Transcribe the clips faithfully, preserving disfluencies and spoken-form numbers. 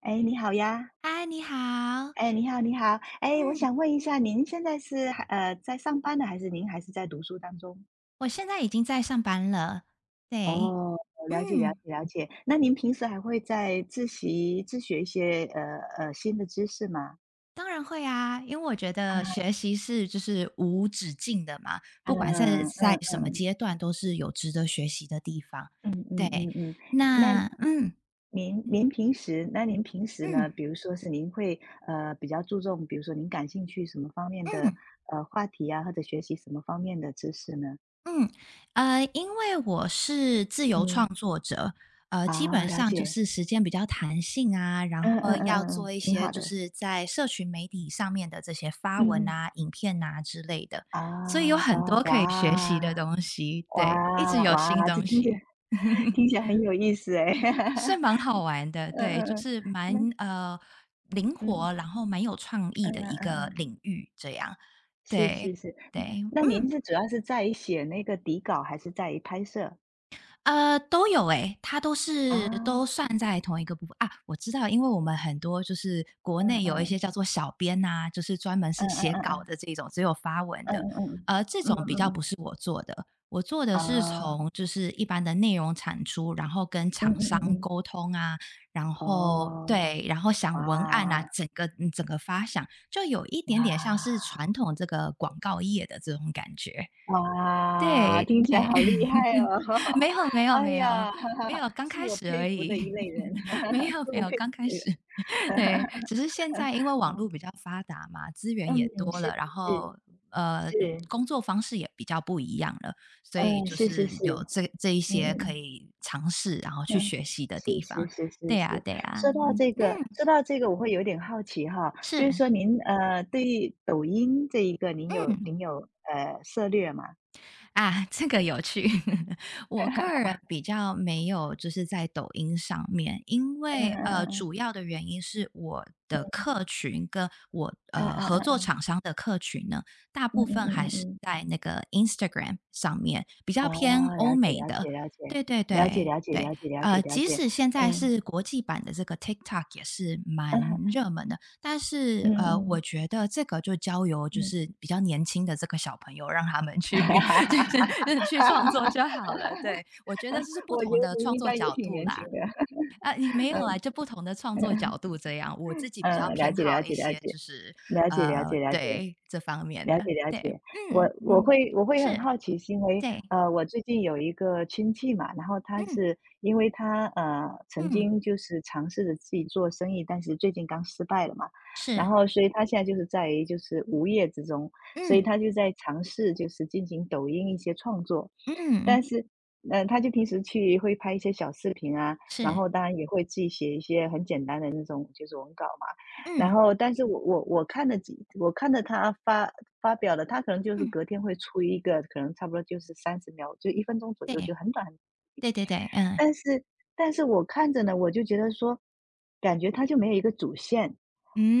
哎，你好呀！嗨，你好。哎，你好，你好！哎，我嗯。想问一下，您现在是还呃在上班呢，还是您还是在读书当中？我现在已经在上班了，对。哦，了解，了嗯。解，了解。那您平嗯，时还会在自习自学一些呃呃新的知识吗？当然会啊，因为我觉啊，得学习是就是无止境的嘛，不管是嗯在嗯什么阶段都是有值得学习的地方，嗯嗯对。嗯嗯。那那嗯，您您平时那您平时呢？嗯。比如说是您会呃比较注重，比如说您感兴趣什么方面的嗯。呃话题啊，或者学习什么方面的知识呢？嗯，呃，因为我是自由创嗯，作者，呃，基哦，本了上就解。是时间比较弹性啊，然嗯嗯后嗯嗯要嗯，做一挺些好就的，是在社群媒体上面的这些发嗯文嗯。啊、影片啊之类的，所以有啊哦，很啊多可以学习的哇，东西，对，一直哇，有新哇，这东听起来西，听起来很有意思哎。是 蛮好玩的，嗯对，嗯就嗯，是蛮那嗯，呃灵嗯活，然后蛮有创意嗯的一嗯个嗯，领域，这样，是对是是，嗯对，那嗯您是主要是在于写那个底稿还是在于拍摄？呃，都有诶，它都啊，是都嗯算在同一个部分啊。我知道，因为我们很多就是国内有一些嗯，叫做小编呐、就是专门嗯是嗯写嗯稿嗯，的这种，只有发文嗯的，嗯嗯，呃，这嗯种嗯比较嗯嗯，不是我做的。我做的是啊，从就是一般的内容产出，然后跟嗯厂嗯商嗯嗯，沟通啊，然后哦，对，然后想文案啊，哇，整个嗯整个发想，就有一点点像哇。是传统这个广告业的这种感觉。哇，对听起来对，好厉害哦！没有没有哎没有呀，没有，刚是开我始佩而服的已。一类人，没 有是没我有，佩服刚开的一类始。人。对，只 是现在因为网哦，络比较发达嘛，资源嗯，也多是了，然是是，后，呃，是，工作方式也比较不一样了，所以嗯，就是是是，是有这这一嗯些可嗯以尝试，然后嗯，去嗯，学习的是地是方。是是对呀啊是。对呀，啊说到嗯这个嗯，说到这个我会有点好奇哈，就是是，说您，呃，对于抖音这一个您有嗯。您有，呃，涉略吗？啊，这个有趣。我个 人比较没有，就是在抖音上面，因嗯为嗯呃，嗯主要的原因是我的嗯，客群跟我嗯，嗯呃嗯嗯合作嗯，厂商的客群呢，大嗯部嗯分嗯还嗯是嗯。在那个 Instagram 上面，比较偏哦，欧了解美了解的。了解，对对了解对了解对，了解了解呃，了即解，使现在嗯，是国际版的这个 TikTok 也是 蛮嗯热门的，但是嗯呃，我嗯。觉得这个就交由就嗯，是比较年轻的这个小朋友，让他们去 就 是去创作就好了。对，我觉得这是不我觉同的得你创应作该也角挺度年轻啦。的，啊，你没 有啊，嗯，就不同的创作角度这样。我自己比较嗯，了偏解了好一解了些，解，就是了解了呃，解了解。对这方面了的，解了对，解，嗯我我嗯，会我会很是，好奇，是因为对，呃，我最近有一个亲戚嘛，然后他嗯是因为他呃曾嗯，经就是尝试着自己做生意，但是最近刚失败了嘛，然是，后所以他现在就是在于就是无业之中，所以嗯他就在尝试就是进行抖音一些创作，嗯，但是嗯、呃他就平时去会拍一些小视频啊，然是，后当然也会自己写一些很简单的那种就是文稿嘛。然嗯后，但是我我我看了几我看了他发发表的，他可能就是嗯，隔天会出一个，可能差不多就是三十秒，就一分钟左右，就对，很短。对对对，嗯但是但是我看着呢，我就觉得说，感觉他就没有一个主线，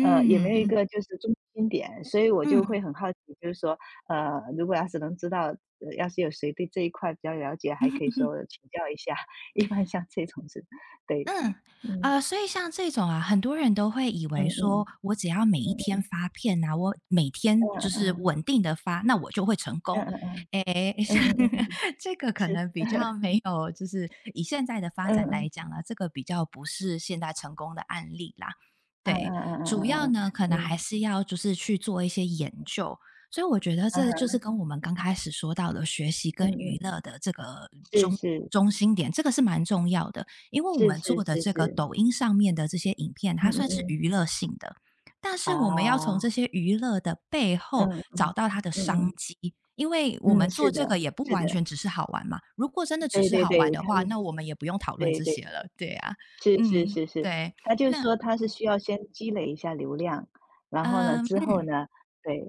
呃，也没有一个就是中心点，所以我就嗯。会很好奇，就是说，呃，如果要是能知道，呃要是有谁对这一块比较了解，还可以说 请教一下，一般像这种是对，嗯，嗯，呃，所以像这种啊，很多人都会以嗯为嗯说，我只要每一嗯，天发片啊，我每天就嗯是嗯，稳定的发，那我就会成嗯功。嗯嗯，诶，嗯嗯嗯，嗯嗯嗯。这个可是，能比较没有，就是以现在的发嗯展嗯，来讲呢，这个比较不是现在成功的案例啦。嗯对，嗯嗯主嗯要嗯呢，可能嗯，还嗯，是要就是去做一些研究。所以我觉得嗯这就哼，是跟我们刚开始说到的学习跟嗯嗯，娱乐的这个中是，中心点，这个是蛮重要的。因为我是们是做的是是这个是，抖音上面的这些影片，嗯它嗯算是嗯，娱乐性的，但是我们要从啊，这些娱乐的背嗯后找嗯，到它的嗯嗯，商机。因为我嗯，们做是的，这个也不是的，完全只是好玩嘛，如果真的只对是对好玩对，的他话，就是那我们也不用讨论对这对，些了，对啊，是是嗯，是是，对，他就是那说他是需要先积累一下流量，然后呢，嗯之后嗯，呢，对，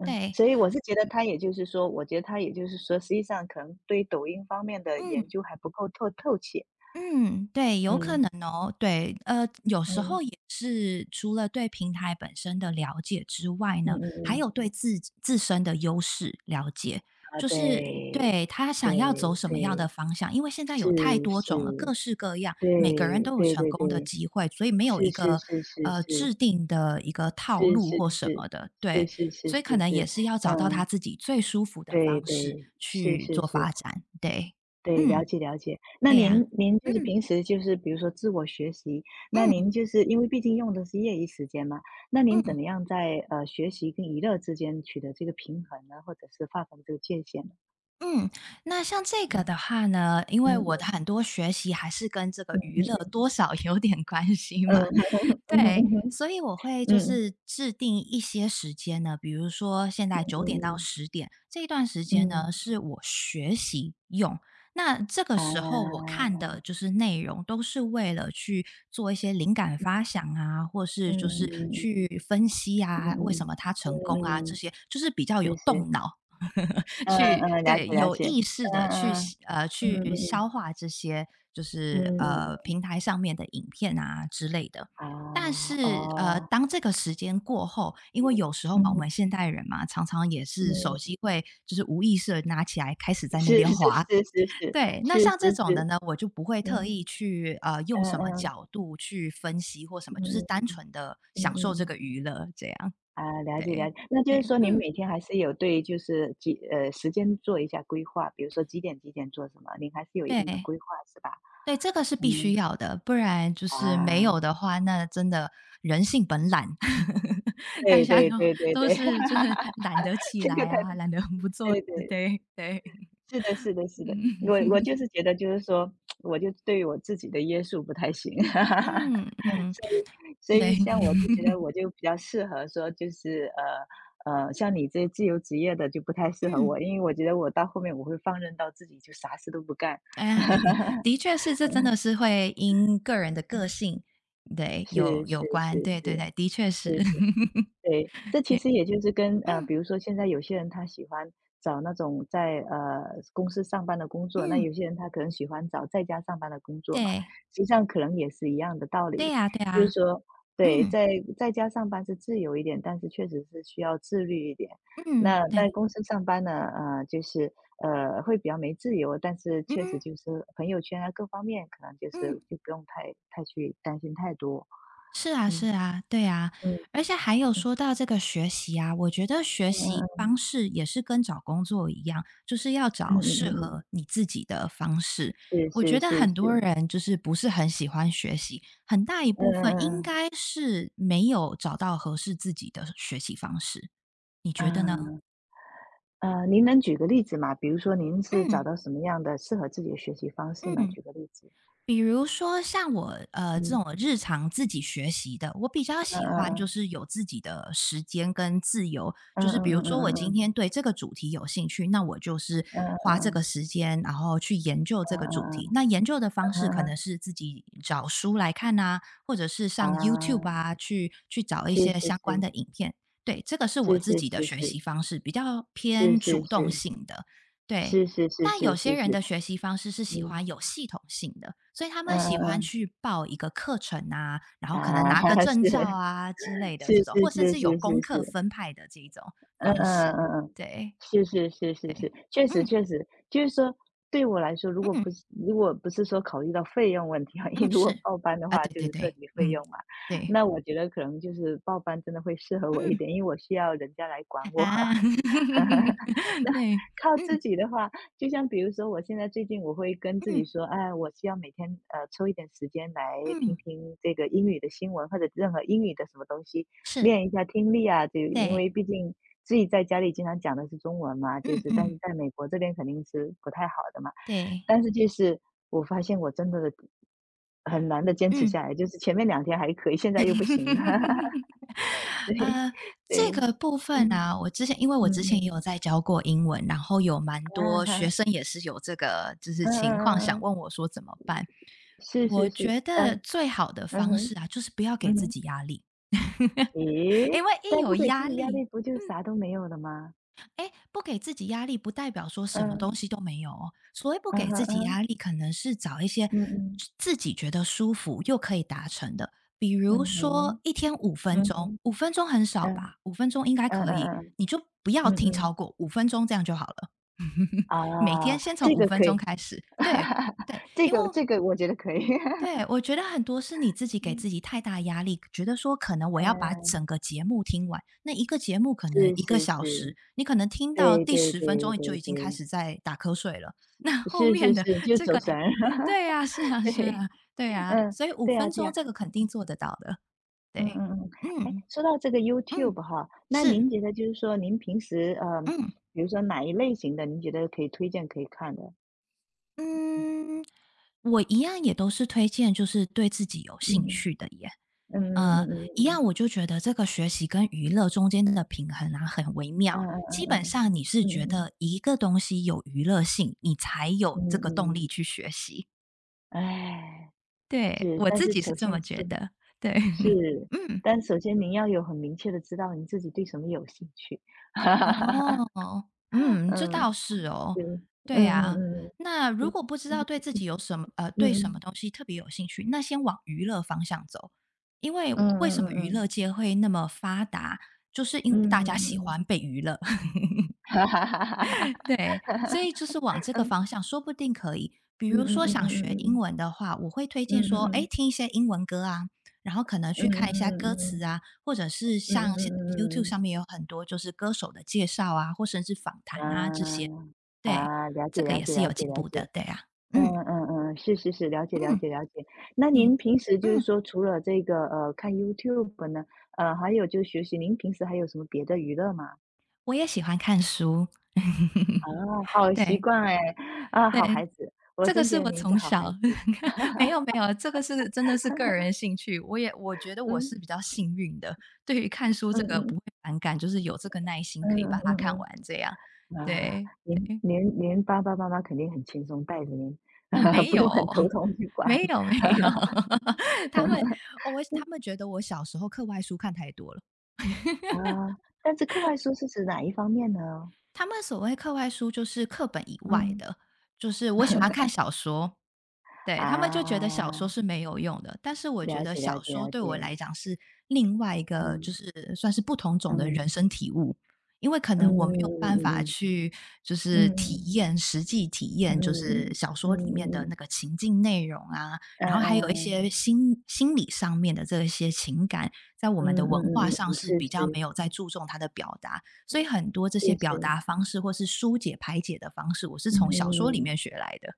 嗯，对，所以我是觉得他也就是说，我觉得他也就是说，实际上可能对抖音方面的嗯。研究还不够透透彻，嗯，对，有可嗯能哦。对，呃，有时嗯候也是除了对平台本身的了解之外呢，嗯嗯还嗯。有对自自身的优势了解，啊，就是对，对他对想要走什么样对，的方向。因为现在是有太多是，种了，各式各样，对每个人都有对成对功的对，机会，所以没有是一是个是是呃是，制定的一个套是路是或什么是，的。是对，是是所以可是能也是，是要找到他嗯，自己最舒服的对方式对，是去是做是，发展。对，对，了嗯，解了解。那对呀、您您就是嗯。平时就是比如说自我学习，那嗯您就是因为毕竟用的是业余时间嘛，那您怎嗯么样在呃学习跟娱乐之间取得这个平衡呢？或者是划分这个界限呢？嗯，那像这个嗯的话呢，因为嗯我的嗯很多学习还是跟这个娱乐多少有点关系嗯嘛，嗯嗯嗯对，嗯嗯所以我会嗯。就嗯是制定一些时间呢，比如说现在嗯九点到嗯，十点这一段时间嗯呢，是我学习用。那这个啊，时候我看的就是内容，都是为了去做一些灵感发想啊，或是就是嗯嗯去分析嗯啊，为什嗯么他嗯成嗯功啊，嗯这嗯，些就是比较是有是动脑。嗯去嗯，了对，解了有解，意识嗯的去嗯呃，嗯嗯去嗯消化这些就是嗯嗯呃，嗯，平台上面的影片啊之类的。啊，但是，呃，哦，当这个时间过后，因为有时候嘛，我嗯们现代人嘛，常常也是手嗯，机会就是无意识的拿起来开始在那是边是是是滑。是对，那是像这是种的是，呢，我就不会特嗯意去，呃，嗯用什么嗯角度去分析或什么，就是嗯单纯的嗯享受这嗯，个娱乐这样，啊，了解了对，解，那就是对，说您嗯，每天还是有对就是几呃时间做一下规划，比如说几点几点做什么，您还是有一定的对。规划是吧？对，这个是必须嗯，要的，不然就是没啊，有的话，那真的 大对家对都对对都对，是就是懒得 起这个来太啊，懒得不做对事，对，对对，是的是的是的，我嗯我就是觉得就是说，我就对我自己的约束不太行，嗯嗯，所以所以对，像我就觉得我 就比较适合说就是呃呃，像你这自由职业的就不太适合嗯，我，因为我觉得我到后面我会放任到自己就啥事都不干，哎，的确是，这真的是会因个人的个性，对，是有有是关，是对对是，对，的确是，是是。对，这 其对，实也就是跟呃，嗯比如说现在有些人他喜欢找那种在呃公司上班的工作，那嗯，有些人他可能喜欢找在家上班的工作嘛，对实际上可能也是一样的道对理，呀、对就是呀、说，对，嗯在在家上班是自由一点，但是确实是需要自律一点。嗯，那在对，公司上班呢，呃，就是呃会比较没自由，但是确实嗯就是朋友圈啊各方面可能就嗯。是就不用太太去担心太多，是啊嗯是啊，对啊。嗯而且还有嗯说到这个学习啊，我觉得学嗯习嗯嗯方式也是跟找工作一样，就是要嗯找嗯嗯适嗯合你自己的方式。是我是觉得是很多是，人就是不是很喜欢学习，很大一嗯部分应嗯该是没有找到合适自己的学习方式，你嗯觉得呢？嗯，啊，呃，您能举个例子吗？比如说您是找嗯到什么样的适合自己的学习方式呢？嗯。举个例子。比如说像我，呃，这嗯，种日常自己学习的，我比较嗯喜欢就嗯是有自己的时间跟自由。嗯就是比如说我嗯今嗯天对这个主题有兴趣，那我就是嗯嗯花这嗯个时间，然后去研究这嗯个嗯主嗯嗯题。嗯那研究的方式嗯可嗯，能是自己找书来看啊，或者是上 YouTube 啊，啊，去去找一是是些相关是，的影片。对，这个是是我是自己的是学是，习方式，比较是偏是主动是，性的，对。是是是但是有些是人是，的学习方式是喜嗯，欢有系统性的，所以他嗯们喜欢嗯去报一个课程啊，然后嗯，可能拿个啊，是，证照啊之类的是这种，是或甚是至有是功是课是。分派的这一种嗯嗯方嗯式。嗯嗯，对是是是是是，对，确实嗯确实，就是说对我来说，如果不嗯是如果不是说考虑到费用问题啊，因为嗯，如果是报班的啊，话对就对是涉对，及费嗯用嘛，对，那我觉得可能就是报班真的会适合我一嗯点，因为我需要人家来管我。啊，那 对，靠自嗯己的话，就像比如说我现在最近我会跟自己嗯说，哎，我需要每天呃抽一点时间来听嗯，听这个英语的新闻或者任何英语的什么东西，是，练一下听力啊，就因对，为毕竟自己在家里经常讲的是中文嘛，就嗯是但嗯是在美国这边肯定是不太好的嘛，对，但是就是我发现我真的很难的坚持嗯。下来，就是前面两天还可以，现在又不行了，对呃，这对，个部分嗯啊，我之前因为嗯我之前也嗯，有在教过英文，然后有蛮 啊多学哈，生也是有这个就是嗯嗯情况，嗯想嗯。问我说怎么办。是我是是，觉得嗯，最好的嗯方哼，式啊，就是不要给嗯自哼。己压力，咦？因为一但有不给自压己压力，力，不就啥都没有了吗？哎，不给自己压力不代表说什么东嗯，西都没有哦。所谓不嗯给自己哼，压力，可能是找一些嗯，嗯自己觉得舒服又可以达成的，比如嗯，嗯哼，说一天五分嗯钟，哼，五分钟很少嗯，吧？五分钟应该嗯嗯可以，嗯，你就不要嗯听嗯，超过五分钟，这样就好了。每天啊，先从这五个分可钟以，开始，对对，这因为个这个我觉得可以。对，我觉得很多是你自己给嗯，自己太大压力，觉得说可能我要把嗯，整个节目听完，那一个节目可能是一个是小是，时，你可能听到对第对十分对钟就对已经开对，始在打瞌睡了，那后是面是的是，就这走个神儿。对啊，是啊是对，啊，对啊，嗯，所以五对呀分对呀。钟这个肯定做得到的，嗯对。嗯嗯，哎，嗯，说到这个 嗯，YouTube 哈，那是，您觉得就是说您平时，嗯，嗯，比如说哪一类型的，您觉得可以推荐可以看的？嗯，我一样也都是推荐就是对自己有兴嗯，趣的耶。嗯呃，嗯一样嗯我就觉得这个学习跟娱乐中间的平衡啊，很微嗯妙。嗯，基嗯嗯本嗯上你是嗯嗯觉嗯得一个东西有娱乐性，你才嗯，有这嗯个动力嗯去学习。哎，对，是，我但自是己是首这先么是觉得，对。是，嗯，但首先您要有很明确的知道你自己对什么有兴趣。哈哈哈哈，哦，嗯，这嗯，倒是哦。对，嗯对嗯啊，嗯，那对，如果不知道嗯对自己有什么呃，嗯对什么嗯，东西特别有兴趣，那先往娱乐方向走。因为嗯嗯为什么娱嗯嗯，乐界会那么发达，就是因嗯为嗯大家嗯。喜嗯嗯 欢被娱乐。哈哈哈哈哈哈。对，所以就是往这个 方向，说不定可以。比嗯如嗯说嗯想学英嗯文的话，我会推嗯荐嗯说，哎，嗯听一些英文歌啊，然后可能嗯去嗯看一下嗯嗯歌嗯词嗯啊，或者是嗯嗯像现嗯在 YouTube 嗯上嗯面有很多就是歌手的介绍啊，或甚至访谈啊这些。啊对，啊了解这个了也解是了有解进了步解的，对啊。嗯嗯嗯嗯是是是了解了嗯解了解，那嗯您平时就是嗯，说除了这个呃看 YouTube 呢呃还有就学习您平时还有什么别的娱乐吗？我也喜欢看书。啊， 好习对。惯哎。啊，好孩对，子，我这个真觉是得我您是从好孩小 子。 没有没有，这个是真的是个人兴趣。我也我觉得我嗯是比较幸运的，对于看书嗯这个不嗯会反感，就是有这个耐心可嗯以嗯把它看嗯完这样。嗯。啊，对，您您您爸爸妈妈肯定很轻松带着您， 哦，没不有，用很头 痛去管。没有没有，他们哦，我他们觉得我小时候课外书看太多了。啊，但是课外书是指哪一方面呢？他们所谓课外书就是课本以外嗯。 的，就是我喜欢 看小说。对，他们就觉得小说啊，是没有用的，但是我觉了得解了小解说了对我来解。讲是另外一个，嗯就是算是不同种的嗯人生体悟。因为可嗯能我没有办法嗯去，就是嗯体验实际体嗯验，就是嗯小嗯说里面嗯的那嗯个情境内容啊，然后还有一嗯些心心理上面的这些情感，在我嗯们的嗯嗯文嗯化嗯嗯上嗯是是比较没是有在注重它的表达，所以很多这是些表是达方式或是疏解排解的方式，我是嗯从小嗯说里嗯面学来的。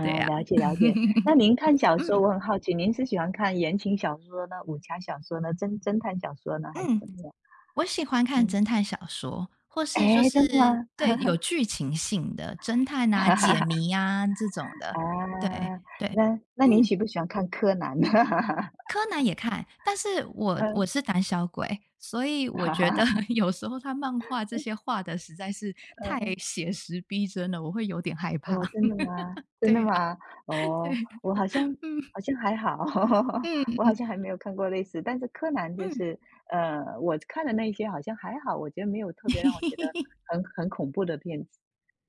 对呀、啊 了解了解。那您看小 说，嗯我很好奇，您是喜欢看言情小说呢、武侠小说呢、侦侦探小说呢，还是嗯，怎么样？我喜欢看嗯，侦探小说，或是就哎，真的是吗？对，有剧情性的侦探啊、解谜 啊这种的。啊，对对，那那您嗯，喜不喜欢看柯南呢？柯南也看，但是我我嗯，是胆小鬼，所以我哈觉哈得 哈。有时候他漫画这些画的实在是太嗯，写实逼真了，我会有点害怕。哦，真 的吗？真的对啊，吗？哦，对，我好像嗯好像还好，嗯我嗯好像还没有看过类似，但是柯南就嗯 是，呃，我看的那些好像还好，我觉得没有特别让我觉得 很很恐怖的片子。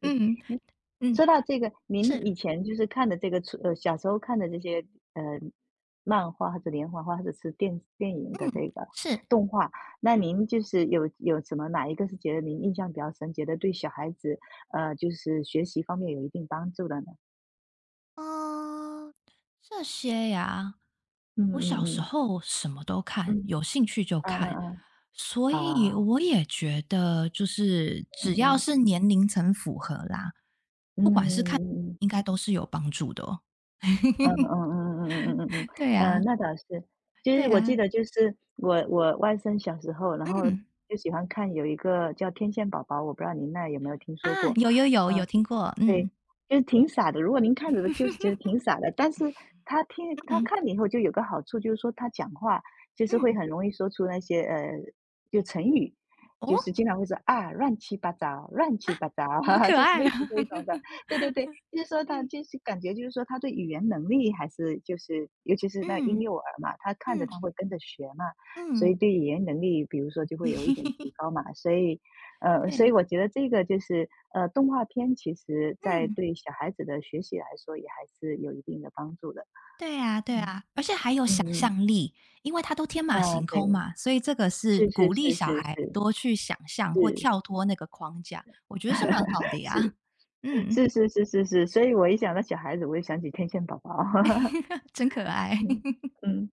嗯嗯，说到这个，您是，以前就是看的这个呃，小时候看的这些，呃，漫画或者连环画，或者是电电影的嗯这个是，动画，那您就是有有什么哪一个是觉得您印象比较深，觉得对小孩子，呃，就是学习方面有一定帮助的呢？嗯、这些呀、嗯我嗯小时嗯，候什么都嗯，看，有兴趣就嗯看，嗯嗯，所以啊，我也觉得就是嗯只要嗯，是年龄层符合啦，嗯嗯嗯嗯。应该都是有帮助的哦。嗯嗯 嗯嗯嗯嗯嗯对嗯，呃，呀，那倒是。就是对我记呀，得就是我我外甥小时候，然后嗯，就喜欢看有一个叫《天线宝宝》，我不知道您那有没有听说啊，过？有有有，嗯。有听过，对，嗯，就是挺傻的。如果您看着的就是觉得挺傻的，但是他听他嗯，看了以后就有个好处，就是说他讲话就是会嗯，很容易说出那些呃，就成语，哦，就是经常会说啊乱七八糟，乱七八糟，好 可就是爱类啊。似这一种的。对对对，就是说 他嗯，就是感觉就是说他对语言能力还是就是尤其是那婴嗯，幼儿嘛，他看着嗯，他会跟着学嘛，所嗯，以对语言能力比如说就会有一点提高嘛，所以呃，所以对，我觉得这个就是，呃，动画片其实在嗯，对小孩子的学习来说，也还是有一定的帮助的。对啊，对嗯，啊，而且还有小嗯嗯，因为他都天啊，马行对，空嘛，所以这个是是是鼓励是小是孩是多去想象或是。跳脱那个框架，我觉得是蛮好 的是，呀。嗯，是是是是是，所以我一想到小孩子，我就想起天线宝宝。真可爱。嗯，嗯。